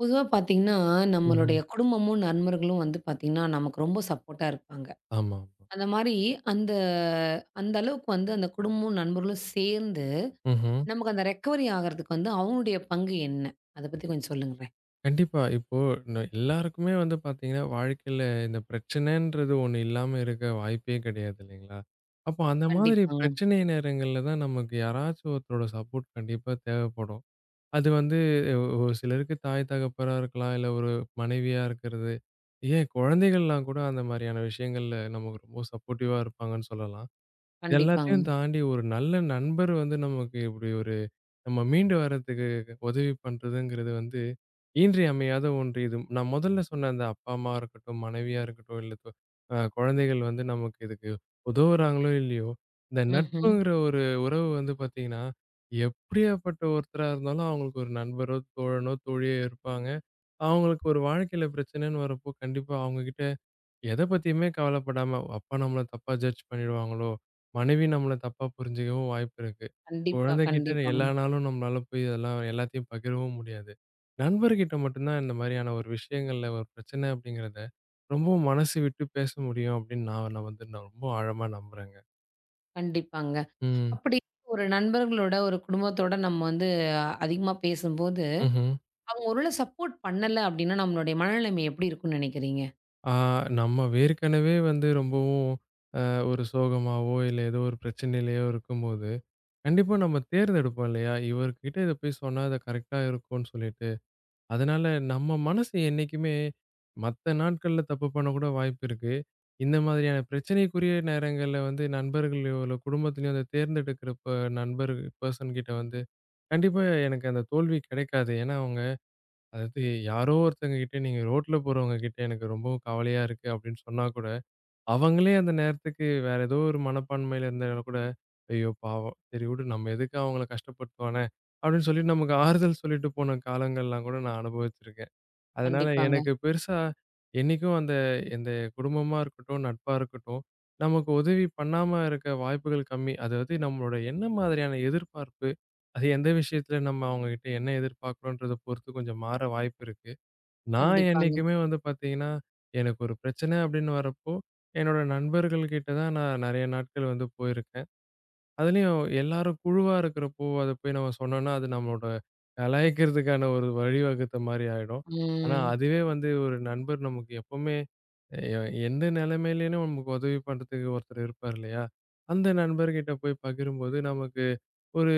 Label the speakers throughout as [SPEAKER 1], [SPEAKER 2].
[SPEAKER 1] பொதுவா பார்த்தீங்கன்னா,
[SPEAKER 2] ம்ஹ்ம்.
[SPEAKER 1] நம்மளுடைய குடும்பமும், நண்பர்களும் வந்து பார்த்தீங்கன்னா, நமக்கு ரொம்ப சப்போர்ட்டா இருப்பாங்க.
[SPEAKER 2] ஆமா, ஆமா.
[SPEAKER 1] அந்த மாரி அந்த அந்த அளவுக்கு வந்து அந்த குடும்பமும், நண்பர்களும் சேர்ந்து,
[SPEAKER 2] ம்ஹ்ம்.
[SPEAKER 1] நமக்கு அந்த ரெக்கவரி ஆகுறதுக்கு வந்து அவங்களுடைய பங்கு என்ன? அத பத்தி கொஞ்சம் சொல்லுங்களேன்.
[SPEAKER 2] கண்டிப்பா. இப்போ எல்லாருக்குமே வந்து பார்த்தீங்கன்னா, வாழ்க்கையில இந்த பிரச்சனைன்றது ஒண்ணு இல்லாம இருக்க வாய்ப்பே கிடையாது இல்லைங்களா? அப்போ அந்த மாதிரி
[SPEAKER 1] கண்டிப்பாங்க,
[SPEAKER 2] பிரச்சனை நேரங்கள்ல தான் நமக்கு யாராச்சும் ஒருத்தரோட சப்போர்ட் கண்டிப்பா தேவைப்படும். அது வந்து ஒரு சிலருக்கு தாய் தகப்பரா இருக்கலாம், இல்ல ஒரு மனைவியா இருக்கிறது. ஏன் குழந்தைகள்லாம் கூட அந்த மாரியான விஷயங்கள்ல நமக்கு ரொம்ப சப்போர்ட்டிவா இருப்பாங்கன்னு சொல்லலாம். இது
[SPEAKER 1] கண்டிப்பாங்க.
[SPEAKER 2] எல்லாத்தையும் தாண்டி ஒரு நல்ல நண்பர் வந்து நமக்கு இப்படி ஒரு நம்ம மீண்டு வர்றதுக்கு உதவி பண்றதுங்கிறது வந்து இன்றியமையாத ஒன்று. இது நான் முதல்ல சொன்ன அந்த அப்பா, அம்மாவா இருக்கட்டும், மனைவியா இருக்கட்டும், இல்ல தொ அ குழந்தைகள் வந்து நமக்கு இதுக்கு உதவுறாங்களோ! இல்லையோ! இந்த
[SPEAKER 1] ம்ஹ்ம்.
[SPEAKER 2] நட்புங்கிற ஒரு உறவு வந்து பார்த்தீங்கன்னா, எப்படியாப்பட்ட ஒருத்தரா இருந்தாலும் அவங்களுக்கு ஒரு நண்பரோ, தோழனோ, தோழியோ இருப்பாங்க. அவங்களுக்கு ஒரு வாழ்க்கையில பிரச்சனைன்னு வரப்போ, கண்டிப்பா அவங்க கிட்ட எத பத்தியுமே கவலைப்படாம, அப்பா நம்மள தப்பா ஜட்ஜ் பண்ணிடுவாங்களோ! மனைவி நம்மள தப்பா புரிஞ்சுக்கவும் வாய்ப்பு இருக்கு.
[SPEAKER 1] கண்டிப்பா,
[SPEAKER 2] குழந்தைகிட்ட
[SPEAKER 1] கண்டிப்பாங்க,
[SPEAKER 2] எல்லா நாளும் நம்மளால போய் அதெல்லாம் எல்லாத்தையும் பகிரவும் முடியாது. நண்பர்கிட்ட மட்டும் தான் இந்த மாரியான ஒரு விஷயங்கள்ல ஒரு பிரச்சனை அப்படிங்கிறத, ரொம்பவும் மனசு விட்டு பேச முடியும் அப்படின்னு நான் நான் வந்து நான் ரொம்ப ஆழமா நம்புறேங்க.
[SPEAKER 1] கண்டிப்பாங்க.
[SPEAKER 2] ம்.
[SPEAKER 1] அப்படி ஒரு நண்பர்களோட, ஒரு குடும்பத்தோட நம்ம வந்து அதிகமா பேசும்போது,
[SPEAKER 2] ம்ஹ்ம்.
[SPEAKER 1] அவங்க ஒரு வேள சப்போர்ட் பண்ணல அப்படின்னா, நம்மளுடைய மனநிலைமை எப்படி இருக்கும்னு நெனைக்கிறீங்க?
[SPEAKER 2] ஆ நம்ம ஏற்கனவே வந்து ரொம்பவும் அ ஒரு சோகமாவோ, இல்ல ஏதோ ஒரு பிரச்சனையிலயோ இருக்கும்போது, கண்டிப்பா நம்ம தேர்ந்தெடுப்போம் இல்லையா? இவர்கிட்ட இத போய் சொன்னா அது கரெக்ட்டா இருக்கும்னு சொல்லிட்டு. அதனால நம்ம மனசு என்னைக்குமே மத்த நாட்கள்ல தப்பு பண்ணக்கூட வாய்ப்பு இருக்கு. இந்த மாதிரியான பிரச்சனைக்குரிய நேரங்கள்ல வந்து நண்பர்களையோ, இல்ல குடும்பத்திலயோ அத தேர்ந்தெடுக்கிறப்ப நண்பர் பெர்சன் கிட்ட வந்து கண்டிப்பா எனக்கு அந்த தோல்வி கிடைக்காது. ஏன்னா, அவங்க அதாவது யாரோ ஒருத்தங்க கிட்ட நீங்க ரோட்ல போறவங்க கிட்ட எனக்கு ரொம்பவும் கவலையா இருக்கு அப்படின்னு சொன்னா கூட, அவங்களே அந்த நேரத்துக்கு வேற ஏதோ ஒரு மனப்பான்மையில இருந்தா கூட, ஐயோ பாவம் சரி விடு நம்ம எதுக்கு அவங்கள கஷ்டப்படுத்துவானே அப்படின்னு சொல்லி நமக்கு ஆறுதல் சொல்லிட்டு போன காலங்கள்லாம் கூட நான் அனுபவிச்சிருக்கேன். அதனால
[SPEAKER 1] கண்டிப்பாங்க,
[SPEAKER 2] எனக்கு பெருசா என்னைக்கும் அந்த எந்த குடும்பமா இருக்கட்டும், நட்பா இருக்கட்டும், நமக்கு உதவி பண்ணாம இருக்க வாய்ப்புகள் கம்மி. அதாவது நம்மளோட என்ன மாதிரியான எதிர்பார்ப்பு, அது எந்த விஷயத்துல நம்ம அவங்க கிட்ட என்ன எதிர்பார்க்கிறோன்றத பொறுத்து கொஞ்சம் மாற வாய்ப்பு இருக்கு. நான்
[SPEAKER 1] கண்டிப்பாங்க.
[SPEAKER 2] என்னைக்குமே வந்து பார்த்தீங்கன்னா, எனக்கு ஒரு பிரச்சனை அப்படின்னு வரப்போ, என்னோட நண்பர்கள் கிட்ட தான் நான் நெறைய நாட்கள் வந்து போயிருக்கேன். அதுலயும் எல்லாரும் குழுவா இருக்கிறப்போ, அத போய் நம்ம சொன்னோம்னா, அது நம்மளோட கலாய்க்கிறதுக்கான ஒரு வழிவகுத்த மாரி ஆயிடும். ஆனா,
[SPEAKER 1] ம்.
[SPEAKER 2] அதுவே வந்து ஒரு நண்பர் நமக்கு எப்பவுமே எ எந்த நிலைமையிலயும் நமக்கு உதவி பண்றதுக்கு ஒருத்தர் இருப்பார் இல்லையா? அந்த நண்பர்கிட்ட போய் பகிரும்போது நமக்கு ஒரு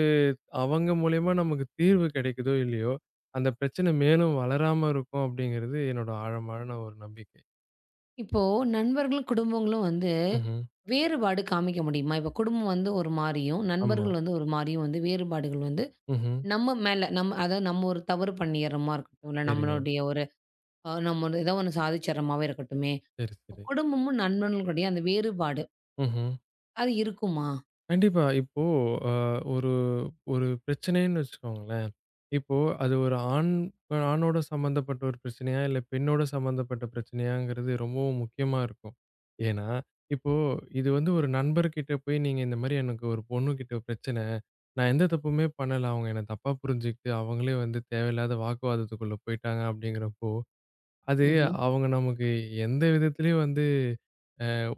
[SPEAKER 2] அவங்க மூலியமா நமக்கு தீர்வு கிடைக்குதோ இல்லையோ, அந்த பிரச்சனை மேலும் வளராம இருக்கும் அப்படிங்கிறது என்னோட ஆழமான ஒரு நம்பிக்கை.
[SPEAKER 1] இப்போ நண்பர்களும், குடும்பங்களும் வந்து
[SPEAKER 2] ம்ஹ்ம்.
[SPEAKER 1] வேறுபாடு காமிக்க முடியுமா? இப்போ குடும்பம் வந்து ஒரு மாரியும்,
[SPEAKER 2] ஆமா.
[SPEAKER 1] நண்பர்கள் வந்து ஒரு மாரியும் வந்து வேறுபாடுகள் வந்து
[SPEAKER 2] ம்ஹ்ம்.
[SPEAKER 1] நம்ம மேல நம்ம அதாவது நம்ம ஒரு தவறு பண்ணிர்றோமா இருக்கட்டும், இல்ல
[SPEAKER 2] சரிங்க.
[SPEAKER 1] நம்மளுடைய ஒரு நம்ம ஒரு ஏதோ ஒண்ணு சாதிச்சிர்றோமாவே இருக்கட்டுமே,
[SPEAKER 2] சரி,
[SPEAKER 1] இப்ப
[SPEAKER 2] சரி.
[SPEAKER 1] குடும்பமும் நண்பர்களுடைய அந்த வேறுபாடு
[SPEAKER 2] ம்ஹ்ம்.
[SPEAKER 1] அது இருக்குமா?
[SPEAKER 2] கண்டிப்பா. இப்போ அ ஒரு ஒரு பிரச்சனைன்னு வச்சுக்கோங்களேன். இப்போ அது ஒரு ஆண் ஆணோட சம்மந்தப்பட்ட ஒரு பிரச்சனையா, இல்ல பெண்ணோட சம்மந்தப்பட்ட பிரச்சனையாங்கிறது ரொம்பவும் முக்கியமா இருக்கும். ஏன்னா, இப்போ இது வந்து ஒரு நண்பர்கிட்ட போய் நீங்க இந்த மாரி எனக்கு ஒரு பொண்ணுகிட்ட பிரச்சனை. நான் எந்த தப்புமே பண்ணல. அவங்க என்ன தப்பா புரிஞ்சுகிட்டு, அவங்களே வந்து தேவையில்லாத வாக்குவாதத்துக்குள்ள போயிட்டாங்க அப்படிங்கிறப்போ, அது
[SPEAKER 1] ம்ஹ்ம்.
[SPEAKER 2] அவங்க நமக்கு எந்த விதத்திலயும் வந்து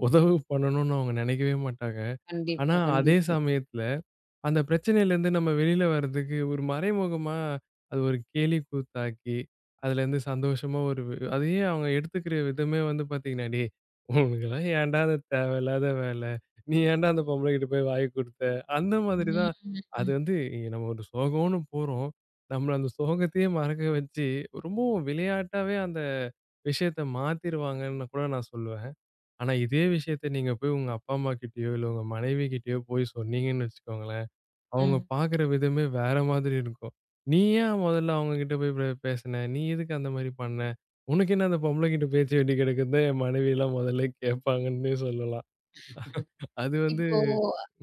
[SPEAKER 2] உதவு பண்ணணும்னு அவங்க நினைக்கவே மாட்டாங்க. ஆனா,
[SPEAKER 1] கண்டிப்பா,
[SPEAKER 2] அதே
[SPEAKER 1] கண்டிப்பா.
[SPEAKER 2] சமயத்துல அந்த பிரச்சனையிலேருந்து நம்ம வெளியில வர்றதுக்கு ஒரு மறைமுகமா அது ஒரு கேலிக்கூத்தாக்கி, அதுலேருந்து சந்தோஷமா ஒரு அதையே அவங்க எடுத்துக்கிற விதமே வந்து பார்த்தீங்கன்னா, "டேய், உனக்கெல்லாம் ஏன்டா அந்த தேவையில்லாத வேலை? நீ ஏன்டா அந்த பொம்பளைகிட்ட போய் வாய் குடுத்த?" அந்த
[SPEAKER 1] ம்,
[SPEAKER 2] மாதிரி தான். அது
[SPEAKER 1] ம்,
[SPEAKER 2] வந்து இங்க நம்ம ஒரு சோகம்னு போறோம். நம்மள அந்த சோகத்தையே மறக்க வச்சு, ரொம்பவும் விளையாட்டாவே அந்த விஷயத்த மாத்திருவாங்கன்னு கூட நான் சொல்லுவேன். ஆனா இதே விஷயத்த நீங்க போய் உங்க அப்பா, அம்மாகிட்டயோ, இல்ல உங்க மனைவிகிட்டயோ போய் சொன்னீங்கன்னு வச்சுக்கோங்களேன் அவங்க
[SPEAKER 1] ம்.
[SPEAKER 2] பாக்குற விதமே வேற மாதிரி இருக்கும். "நீ ஏன் மொதல்ல அவங்க கிட்ட போய் பேசுன? நீ எதுக்கு அந்த மாரி பண்ண? உனக்கு என்ன அந்த பொம்பள கிட்ட பேச்ச வேண்டி கெடக்குன்னு" தான் என் மனைவிலாம் மொதல்ல கேட்பாங்கன்னே சொல்லலாம். அது வந்து
[SPEAKER 1] இப்போ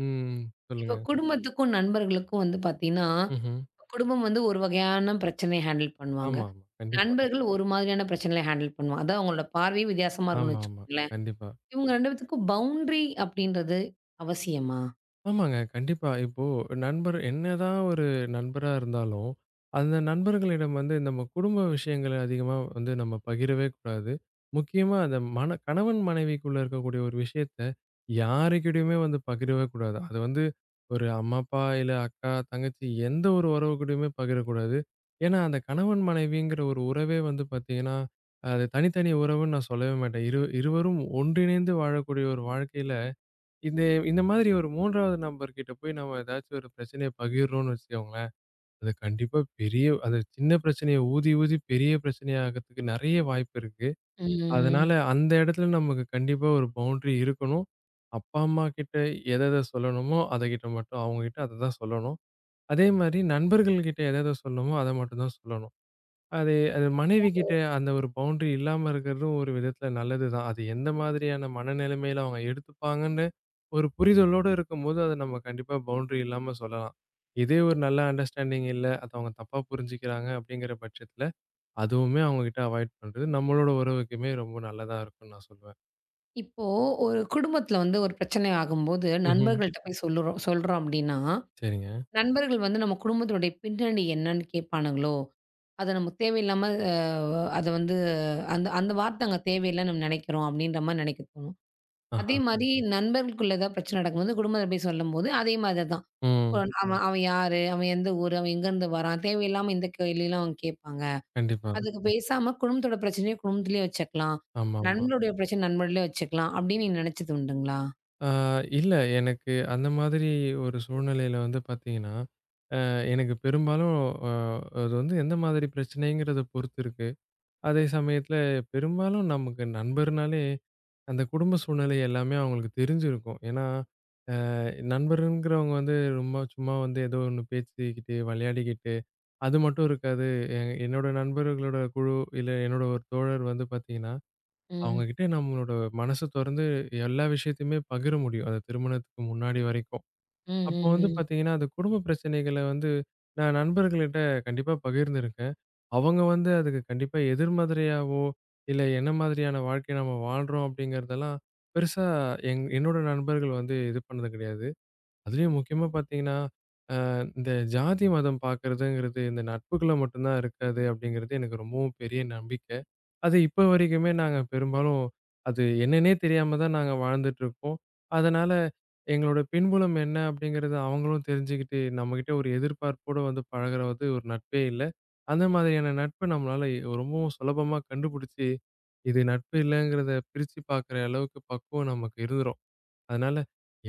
[SPEAKER 2] ம்.
[SPEAKER 1] இப்போ
[SPEAKER 2] சொல்லுங்க.
[SPEAKER 1] குடும்பத்துக்கும், நண்பர்களுக்கும் வந்து பாத்தீங்கன்னா,
[SPEAKER 2] ம்ஹ்ம்.
[SPEAKER 1] குடும்பம் வந்து ஒரு வகையான பிரச்சனைய ஹேண்டில் பண்ணுவாங்க.
[SPEAKER 2] ஆமாமா. கண்டிப்பா.
[SPEAKER 1] நண்பர்கள் ஒரு மாதிரியான பிரச்சனையில ஹேண்டில் பண்ணுவோம். அதான் அவங்களோட பார்வையும் வித்தியாசமா இருக்கும்னு
[SPEAKER 2] ஆமாமா.
[SPEAKER 1] வச்சுக்கோங்களேன்.
[SPEAKER 2] கண்டிப்பா.
[SPEAKER 1] இவங்க 2 பேத்துக்கும் பவுண்டரி அப்படின்றது அவசியமா?
[SPEAKER 2] ஆமாங்க. கண்டிப்பா. இப்போ நண்பர் என்னதான் ஒரு நண்பரா இருந்தாலும், அந்த நண்பர்களிடம் வந்து நம்ம குடும்ப விஷயங்கள அதிகமா வந்து நம்ம பகிரவே கூடாது. முக்கியமா அந்த கணவன் மனைவிக்குள்ள இருக்கக்கூடிய ஒரு விஷயத்த யாருக்கிட்டயுமே வந்து பகிரவே கூடாது. அது வந்து ஒரு அம்மா, அப்பா இல்ல அக்கா, தங்கச்சி எந்த ஒரு உறவு கூடயுமே பகிரக்கூடாது. ஏன்னா, அந்த கணவன் மனைவிங்கிற ஒரு உறவே வந்து பார்த்தீங்கன்னா, அது தனித்தனி உறவுன்னு நான் சொல்லவே மாட்டேன். இருவரும் ஒன்றிணைந்து வாழக்கூடிய ஒரு வாழ்க்கையில இந்த இந்த மாதிரி ஒரு 3வது நபர் கிட்ட போய் நம்ம ஏதாச்சும் ஒரு பிரச்சனைய பகிர்றோம்னு வச்சுக்கோங்களேன், அது கண்டிப்பா பெரிய அது சின்ன பிரச்சனைய ஊதி, ஊதி பெரிய பிரச்சனையாகறதுக்கு நெறைய வாய்ப்பு இருக்கு. அதனால
[SPEAKER 1] ம்.
[SPEAKER 2] அந்த இடத்துல நமக்கு கண்டிப்பா ஒரு பவுண்டரி இருக்கணும். அப்பா, அம்மா கிட்ட எத எத சொல்லணுமோ, அத கிட்ட மட்டும் அவங்க கிட்ட அத தான் சொல்லணும். அதே மாரி நண்பர்கள் கிட்ட எத எத சொல்லணுமோ, அத மட்டும் தான் சொல்லணும். அது அது மனைவிகிட்ட அந்த ஒரு பவுண்டரி இல்லாம இருக்கிறதும் ஒரு விதத்தில நல்லதுதான். அது எந்த மாதிரியான மனநிலைமையில அவங்க எடுத்துப்பாங்கன்னு ஒரு புரிதலோட இருக்கும்போது, அத நம்ம கண்டிப்பா பவுண்டரி இல்லாம சொல்லலாம். இதே ஒரு நல்ல அண்டர்ஸ்டாண்டிங் இல்ல, அத அவங்க தப்பா புரிஞ்சுக்கிறாங்க அப்படிங்கிற பட்சத்தில, அதுவுமே அவங்ககிட்ட அவாய்ட் பண்றது நம்மளோட உறவுக்குமே ரொம்ப நல்லதா இருக்கும்னு நான் சொல்லுவேன்.
[SPEAKER 1] இப்போ ஒரு குடும்பத்தில வந்து ஒரு பிரச்சனை ஆகும்போது
[SPEAKER 2] ம்ஹ்ம்.
[SPEAKER 1] நண்பர்கள்ட்ட போய் சொல்றோம் அப்படின்னா,
[SPEAKER 2] சரிங்க.
[SPEAKER 1] நண்பர்கள் வந்து நம்ம குடும்பத்தினுடைய பின்னணி என்னன்னு கேட்பானுங்களோ? அத நமக்கு தேவையில்லாம அத வந்து அந்த அந்த வார்த்தை அங்க தேவையில்லன்னு நம்ம நெனைக்கிறோம் அப்படின்ற மாரி நெனைக்க தோணும். அதே
[SPEAKER 2] ஆஹா.
[SPEAKER 1] மாரி ம்ஹ்ம். நண்பர்களுக்குள்ள ஏதாவது பிரச்சனை நடக்கும்போது குடும்பத்தில போய் சொல்லும்போது அதே மாரி தான்.
[SPEAKER 2] ம்.
[SPEAKER 1] அவன் அவன் யாரு? அவன் எந்த ஊரு? அவன் எங்கருந்து வரான்? தேவையில்லாம இந்த கேள்விலாம் அவங்க கேட்பாங்க.
[SPEAKER 2] கண்டிப்பா.
[SPEAKER 1] அதுக்கு பேசாம குடும்பத்தோட பிரச்சனைய குடும்பத்திலேயே வச்சுக்கலாம்.
[SPEAKER 2] ஆமாமா.
[SPEAKER 1] நண்பருடைய பிரச்சனை நண்பர்களே வச்சுக்கலாம். அப்படின்னு நீங்க நினைச்சது உண்டுங்களா?
[SPEAKER 2] ஆ இல்ல எனக்கு அந்த மாதிரி ஒரு சூழ்நிலையில வந்து பார்த்தீங்கன்னா எனக்கு பெரும்பாலும் அ அது வந்து எந்த மாதிரி பிரச்சனைங்கிறத பொறுத்து இருக்கு. அதே சமயத்துல பெரும்பாலும் நமக்கு நண்பர்னாலே அந்த குடும்ப சூழ்நிலை எல்லாமே அவங்களுக்கு தெரிஞ்சிருக்கும். ஏன்னா, அ நண்பருங்கிறவங்க வந்து ரொம்ப சும்மா வந்து ஏதோ ஒண்ணு பேசிக்கிட்டு, விளையாடிக்கிட்டு அது மட்டும் இருக்காது. எ என்னோட நண்பர்களோட குழு இல்ல என்னோட ஒரு தோழர் வந்து பாத்தீங்கன்னா, அவங்க
[SPEAKER 1] ம்.
[SPEAKER 2] கிட்ட நம்மளோட மனச தொறந்து எல்லா விஷயத்தையுமே பகிர முடியும். அது திருமணத்துக்கு முன்னாடி வரைக்கும்.
[SPEAKER 1] ம்.
[SPEAKER 2] அப்போ
[SPEAKER 1] ம்.
[SPEAKER 2] வந்து
[SPEAKER 1] ம்.
[SPEAKER 2] பார்த்தீங்கன்னா, அந்த குடும்ப பிரச்சனைகள வந்து நான் நண்பர்கள்ட்ட கண்டிப்பா பகிர்ந்திருக்கேன். அவங்க வந்து அதுக்கு கண்டிப்பா எதிர்மறையாவோ, இல்ல என்ன மாதிரியான வாழ்க்கைய நம்ம வாழ்றோம் அப்படிங்கிறதெல்லாம் பெருசா என்னோட நண்பர்கள் வந்து இது பண்ணது கிடையாது. அதுலயும் முக்கியமா பார்த்தீங்கன்னா, அ இந்த ஜாதி, மதம் பார்க்கிறதுங்கிறது இந்த நட்புக்குள்ள மட்டும் தான் இருக்காது அப்படிங்கிறது எனக்கு ரொம்பவும் பெரிய நம்பிக்கை. அது இப்ப வரைக்குமே நாங்க பெரும்பாலும் அது என்னன்னே தெரியாம தான் நாங்க வாழ்ந்துட்டு இருக்கோம். அதனால எங்களோட பின்புலம் என்ன அப்படிங்கிறது அவங்களும் தெரிஞ்சுக்கிட்டு, நம்மகிட்ட ஒரு எதிர்பார்ப்போட வந்து பழகுறது ஒரு நட்பே இல்ல. அந்த மாதிரியான நட்பு நம்மளால ரொம்பவும் சுலபமா கண்டுபிடிச்சு, இது நட்பு இல்லங்கிறத பிரிச்சு பார்க்குற அளவுக்கு பக்குவம் நமக்கு இருந்துரும். அதனால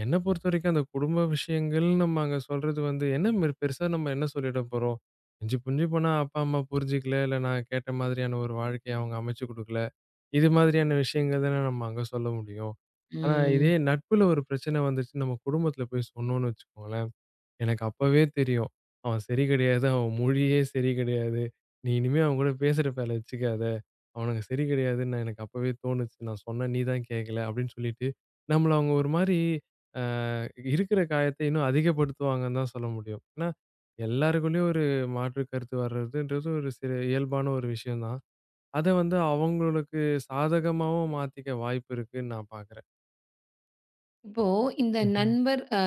[SPEAKER 2] என்ன பொறுத்தவரைக்கும் அந்த குடும்ப விஷயங்கள் நம்ம அங்க சொல்றது வந்து என்ன பெருசா நம்ம என்ன சொல்லிட போறோம்? மிஞ்சி புஞ்சி போனா அப்பா, அம்மா புரிஞ்சுக்கல. இல்ல நான் கேட்ட மாதிரியான ஒரு வாழ்க்கைய அவங்க அமைச்சு குடுக்கல. இது மாதிரியான விஷயங்கள் தானே நம்ம அங்க சொல்ல முடியும். ஆனா, இதே
[SPEAKER 1] ம்.
[SPEAKER 2] நட்புல ஒரு பிரச்சனை வந்துச்சு நம்ம குடும்பத்துல போய் சொன்னோம்னு வச்சுக்கோங்களேன், எனக்கு அப்பவே தெரியும். அவன் சரி கிடையாது. அவன் மொழியே சரி கிடையாது. நீ இனிமே அவன் கூட பேசுற பேல வச்சுக்காத. அவனுங்க சரி கிடையாதுன்னு நான் எனக்கு அப்பவே தோணுச்சு. நான் சொன்னேன் நீ தான் கேட்கல அப்படின்னு சொல்லிட்டு, நம்மள அவங்க ஒரு மாரி அ இருக்கிற காயத்த இன்னும் அதிகப்படுத்துவாங்கன்னு தான் சொல்ல முடியும். ஏன்னா, எல்லாருக்குள்ளயும் ஒரு மாற்று கருத்து வர்றதுன்றது ஒரு சில இயல்பான ஒரு விஷயம் தான். அத வந்து அவங்களுக்கு சாதகமாவும் மாத்திக்க வாய்ப்பு இருக்குன்னு நான் பார்க்குறேன்.
[SPEAKER 1] இப்போ இந்த
[SPEAKER 2] ம்ஹ்ம்.
[SPEAKER 1] நண்பர்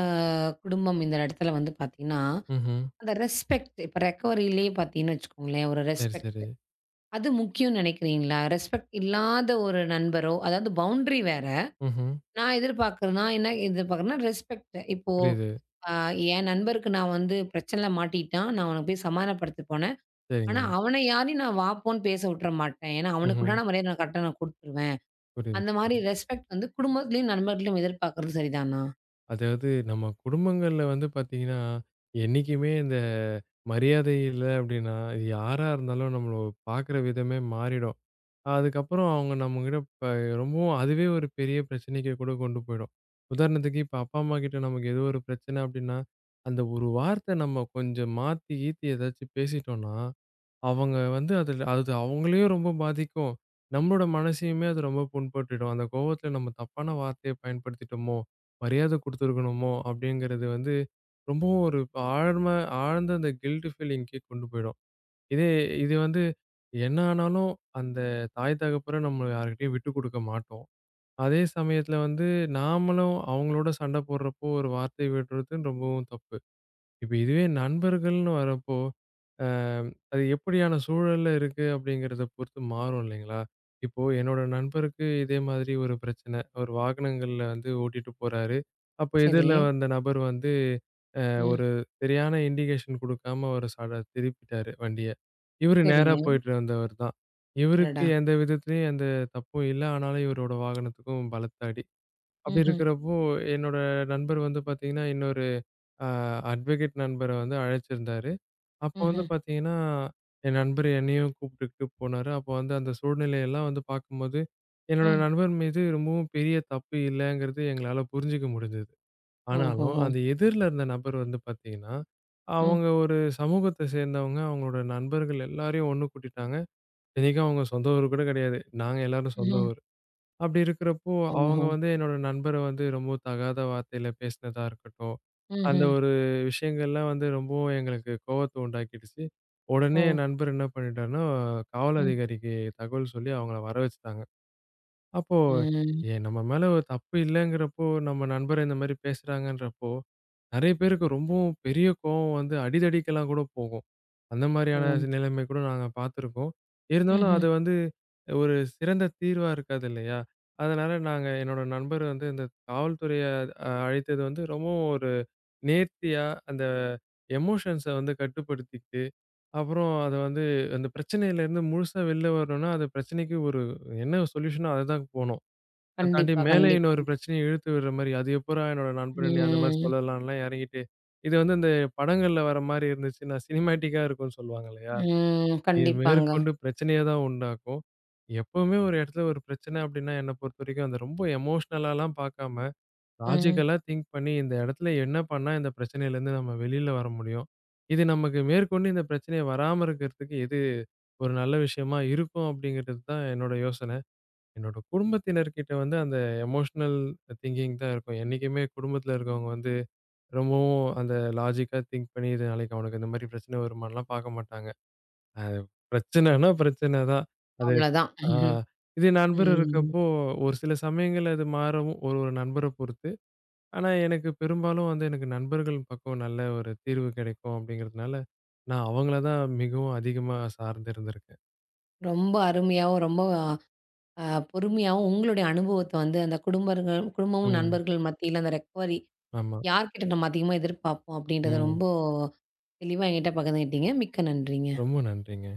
[SPEAKER 1] குடும்பம் இந்த இடத்துல வந்து பார்த்தீங்கன்னா,
[SPEAKER 2] ம்ஹ்ம்.
[SPEAKER 1] அந்த ரெஸ்பெக்ட் இப்ப ரெக்கவரியிலேயே பார்த்தீங்கன்னு வச்சுக்கோங்களேன், ஒரு
[SPEAKER 2] சரி,
[SPEAKER 1] ரெஸ்பெக்ட்
[SPEAKER 2] சரி.
[SPEAKER 1] அது முக்கியம்னு நினைக்கிறீங்களா? ரெஸ்பெக்ட் இல்லாத ஒரு நண்பரோ, அதாவது பவுண்டரி வேற.
[SPEAKER 2] ம்ஹ்ம்.
[SPEAKER 1] நான் எதிர்பார்க்குறேன்னா, என்ன எதிர்பார்க்குறேன்னா, ரெஸ்பெக்ட். இப்போ
[SPEAKER 2] புரியுது.
[SPEAKER 1] அ என் நண்பருக்கு நான் வந்து பிரச்சனையில மாட்டிக்கிட்டான். நான் அவன போய் சமாதானப்படுத்த போனேன். ஆனா,
[SPEAKER 2] சரிங்க.
[SPEAKER 1] அவன யாரையும் நான் வா, போன்னு பேச விட்டுற மாட்டேன். ஏன்னா, அவனுக்கு
[SPEAKER 2] ம்ஹ்ம்.
[SPEAKER 1] உண்டான மரியாதை நான் கரெக்ட்டா குடுத்துருவேன்.
[SPEAKER 2] புரியுது,
[SPEAKER 1] அந்த மாரி
[SPEAKER 2] புரியுது.
[SPEAKER 1] ரெஸ்பெக்ட் வந்து குடும்பத்திலயும், நண்பர்களையும் எதிர்பார்க்குறது சரிதானா?
[SPEAKER 2] அதாவது நம்ம குடும்பங்கள்ல வந்து பார்த்தீங்கன்னா, என்னைக்குமே இந்த மரியாதை இல்ல அப்டின்னா, யாரா இருந்தாலும் நம்மள பார்க்குற விதமே மாறிடும். அதுக்கப்புறம் அவங்க நம்மகிட்ட இப்ப ரொம்பவும் அதுவே ஒரு பெரிய பிரச்சனைக்கு கூட கொண்டு போயிடும். உதாரணத்துக்கு இப்ப அப்பா, அம்மா கிட்ட நமக்கு ஏதோ ஒரு பிரச்சனை அப்டின்னா, அந்த ஒரு வார்த்த நம்ம கொஞ்சம் மாத்தி கீத்தி ஏதாச்சும் பேசிட்டோம்னா, அவங்க வந்து அதுல அது அவங்களையும் ரொம்ப பாதிக்கும். நம்மளோட மனசையுமே அது ரொம்ப புண்பட்டுடும். அந்த கோவத்துல நம்ம தப்பான வார்த்தைய பயன்படுத்திட்டோமோ, மரியாதை குடுத்துருக்கணுமோ அப்டிங்கிறது வந்து ரொம்பவும் ஒரு ஆழ்மா ஆழ்ந்த அந்த கில்ட் ஃபீலிங்க்கே கொண்டு போயிடும். இதே இது வந்து என்ன ஆனாலும் அந்த தாய் தகப்பரை நம்ம யார்கிட்டயும் விட்டு கொடுக்க மாட்டோம். அதே சமயத்துல வந்து நாமளும் அவங்களோட சண்டை போடுறப்போ ஒரு வார்த்தை விடுறதுன்னு ரொம்பவும் தப்பு. இப்ப இதுவே நண்பர்கள்னு வரப்போ, அ அது எப்படியான சூழல்ல இருக்கு அப்படிங்கிறத பொறுத்து மாறும் இல்லைங்களா? இப்போ என்னோட நண்பருக்கு இதே மாதிரி ஒரு பிரச்சனை. அவர் வாகனங்கள்ல வந்து ஓட்டிட்டு போறாரு. அப்ப
[SPEAKER 1] சரி.
[SPEAKER 2] எதிர்ல வந்த நபர் வந்து
[SPEAKER 1] ம்.
[SPEAKER 2] ஒரு சரியான இண்டிகேஷன் குடுக்காம அவரு சட திருப்பிட்டாரு வண்டிய. இவரு நேரா
[SPEAKER 1] சரிங்க.
[SPEAKER 2] போயிட்டு வந்தவர் தான். இவருக்கு
[SPEAKER 1] அடடா!
[SPEAKER 2] எந்த விதத்திலயும் எந்த தப்பும் இல்ல. ஆனாலும் இவரோட வாகனத்துக்கும் பலத்த அடி. அப்படி
[SPEAKER 1] ம்ஹ்ம்.
[SPEAKER 2] இருக்கிறப்போ என்னோட நண்பர் வந்து பார்த்தீங்கன்னா, இன்னொரு அ அட்வொகேட் நண்பர வந்து அழைச்சிருந்தாரு. அப்போ வந்து
[SPEAKER 1] ம்ஹ்ம்.
[SPEAKER 2] பார்த்தீங்கன்னா, என் நண்பர் என்னையும் கூப்பிட்டுக்கிட்டு போனாரு. அப்போ வந்து அந்த சூழ்நிலையெல்லாம் வந்து பார்க்கும்போது, என்னோட
[SPEAKER 1] ம். ம்
[SPEAKER 2] நண்பர் மீது ரொம்பவும் பெரிய தப்பு இல்லங்கிறது எங்களால புரிஞ்சுக்க முடிஞ்சது. ஆனாலும்,
[SPEAKER 1] ஓஹோஹோ!
[SPEAKER 2] அந்த எதிர்ல இருந்த நபர் வந்து பார்த்தீங்கன்னா,
[SPEAKER 1] ம்.
[SPEAKER 2] அவங்க ஒரு சமூகத்த சேர்ந்தவங்க. அவங்களோட நண்பர்கள் எல்லாரையும் ஒண்ணு கூட்டிட்டாங்க. இத்தனைக்கும் அவங்க சொந்த ஊரு கூட கிடையாது. நாங்க எல்லாரும் சொந்த
[SPEAKER 1] ம்ஹ்ம்.
[SPEAKER 2] ஊரு. அப்படி இருக்கிறப்போ, அவங்க
[SPEAKER 1] ஓஹோ!
[SPEAKER 2] வந்து என்னோட நண்பர வந்து ரொம்ப தகாத வார்த்தையில பேசினதா இருக்கட்டும், அந்த
[SPEAKER 1] ம்ஹ்ம்.
[SPEAKER 2] ஒரு விஷயங்கள்லாம் வந்து ரொம்பவும் எங்களுக்கு கோவத்த உண்டாக்கிடுச்சு.
[SPEAKER 1] ஓ!
[SPEAKER 2] உடனே என் நண்பர் என்ன பண்ணிட்டாருன்னா, காவல்
[SPEAKER 1] ம்.
[SPEAKER 2] அதிகாரிக்கு தகவல் சொல்லி அவங்கள வர வச்சுட்டாங்க. அப்போ,
[SPEAKER 1] ம்.
[SPEAKER 2] ஏ நம்ம மேல ஒரு தப்பு இல்லைங்கிறப்போ, நம்ம நண்பர் இந்த மாரி பேசுறாங்கன்றப்போ நெறைய பேருக்கு ரொம்பவும் பெரிய கோவம் வந்து அடிதடிக்கெல்லாம் கூட போகும். அந்த மாரியான
[SPEAKER 1] ஓ!
[SPEAKER 2] நிலைமை கூட நாங்க பார்த்துருக்கோம். இருந்தாலும்
[SPEAKER 1] ம்ஹ்ம்.
[SPEAKER 2] அது வந்து ஒரு சிறந்த தீர்வா இருக்காது இல்லையா? அதனால நாங்க என்னோட நண்பர் வந்து இந்த காவல்துறைய அழைத்தது வந்து ரொம்பவும் ஒரு நேர்த்தியா அந்த எமோஷன்ஸ வந்து கட்டுப்படுத்திக்கிட்டு, அப்புறம் அத வந்து அந்த பிரச்சனையிலேருந்து முழுசா வெளில வரணும்னா, அது பிரச்சனைக்கு ஒரு என்ன சொல்யூஷனோ அதுதான் போனோம். அத தாண்டி
[SPEAKER 1] கண்டிப்பா,
[SPEAKER 2] மேலே இன்னொரு
[SPEAKER 1] கண்டிப்பா.
[SPEAKER 2] பிரச்சனைய இழுத்து விடுற மாரி, "அது எப்புட்றா என்னோட நண்பன்னு" அந்த மாரி
[SPEAKER 1] ம்.
[SPEAKER 2] சொல்லலான்லாம் எறங்கிட்டு, இது வந்து இந்த படங்கள்ல வர மாரி இருந்துச்சுன்னா, சினிமேட்டிக்கா இருக்கும்னு சொல்லுவாங்க இல்லையா?
[SPEAKER 1] ம்.
[SPEAKER 2] இது
[SPEAKER 1] கண்டிப்பாங்க.
[SPEAKER 2] மேற்கொண்டு பிரச்சனைய தான் உண்டாக்கும். எப்பவுமே ஒரு இடத்துல ஒரு பிரச்சனை அப்டின்னா, என்ன பொறுத்தவரைக்கும் அத ரொம்ப எமோஷனலாலாம் பாக்காம,
[SPEAKER 1] ம்.
[SPEAKER 2] லாஜிக்கலா திங்க் பண்ணி, இந்த இடத்துல என்ன பண்ணா இந்த பிரச்சனையிலருந்து நம்ம வெளில வர முடியும்? இது நமக்கு மேற்கொண்டு இந்த பிரச்சனைய வராம இருக்கிறதுக்கு எது ஒரு நல்ல விஷயமா இருக்கும்? அப்டிங்கிறது தான் என்னோட யோசனை. என்னோட குடும்பத்தினர்கிட்ட வந்து அந்த எமோஷனல் திங்கிங் தான் இருக்கும். என்னைக்குமே குடும்பத்தில இருக்கவங்க வந்து ரொம்பவும் அந்த லாஜிக்கா திங்க் பண்ணி, "இது நாளைக்கு அவனுக்கு இந்த மாரி பிரச்சனை வருமான்லாம்" பார்க்க மாட்டாங்க. அது பிரச்சனைனா பிரச்சனை தான். அது
[SPEAKER 1] அவ்வளதான்.
[SPEAKER 2] ஆ இதே நண்பர்
[SPEAKER 1] ம்.
[SPEAKER 2] இருக்கப்போ, ஒரு சில சமயங்கள்ல அது மாறவும் ஒரு ஒரு நண்பர பொறுத்து. ஆனா எனக்கு பெரும்பாலும் வந்து எனக்கு நண்பர்கள் பக்கம் நல்ல ஒரு தீர்வு கிடைக்கும் அப்படிங்கிறதுனால, நான் அவங்கள தான் மிகவும் அதிகமா சார்ந்து இருந்திருக்கேன்.
[SPEAKER 1] ரொம்ப அருமையாவும், ரொம்ப அ பொறுமையாவும் உங்களுடைய அனுபவத்த வந்து அந்த குடும்பர்கள் குடும்பமும்,
[SPEAKER 2] ம்.
[SPEAKER 1] நண்பர்கள் மத்தியில அந்த ரெக்கவரி
[SPEAKER 2] ஆமா.
[SPEAKER 1] யார்கிட்ட நம்ம அதிகமா எதிர்பார்ப்போம் அப்படின்றத
[SPEAKER 2] ம்.
[SPEAKER 1] ரொம்ப தெளிவா என்கிட்ட பகிர்ந்துக்கிட்டீங்க. மிக்க நன்றிங்க.
[SPEAKER 2] ரொம்ப நன்றிங்க.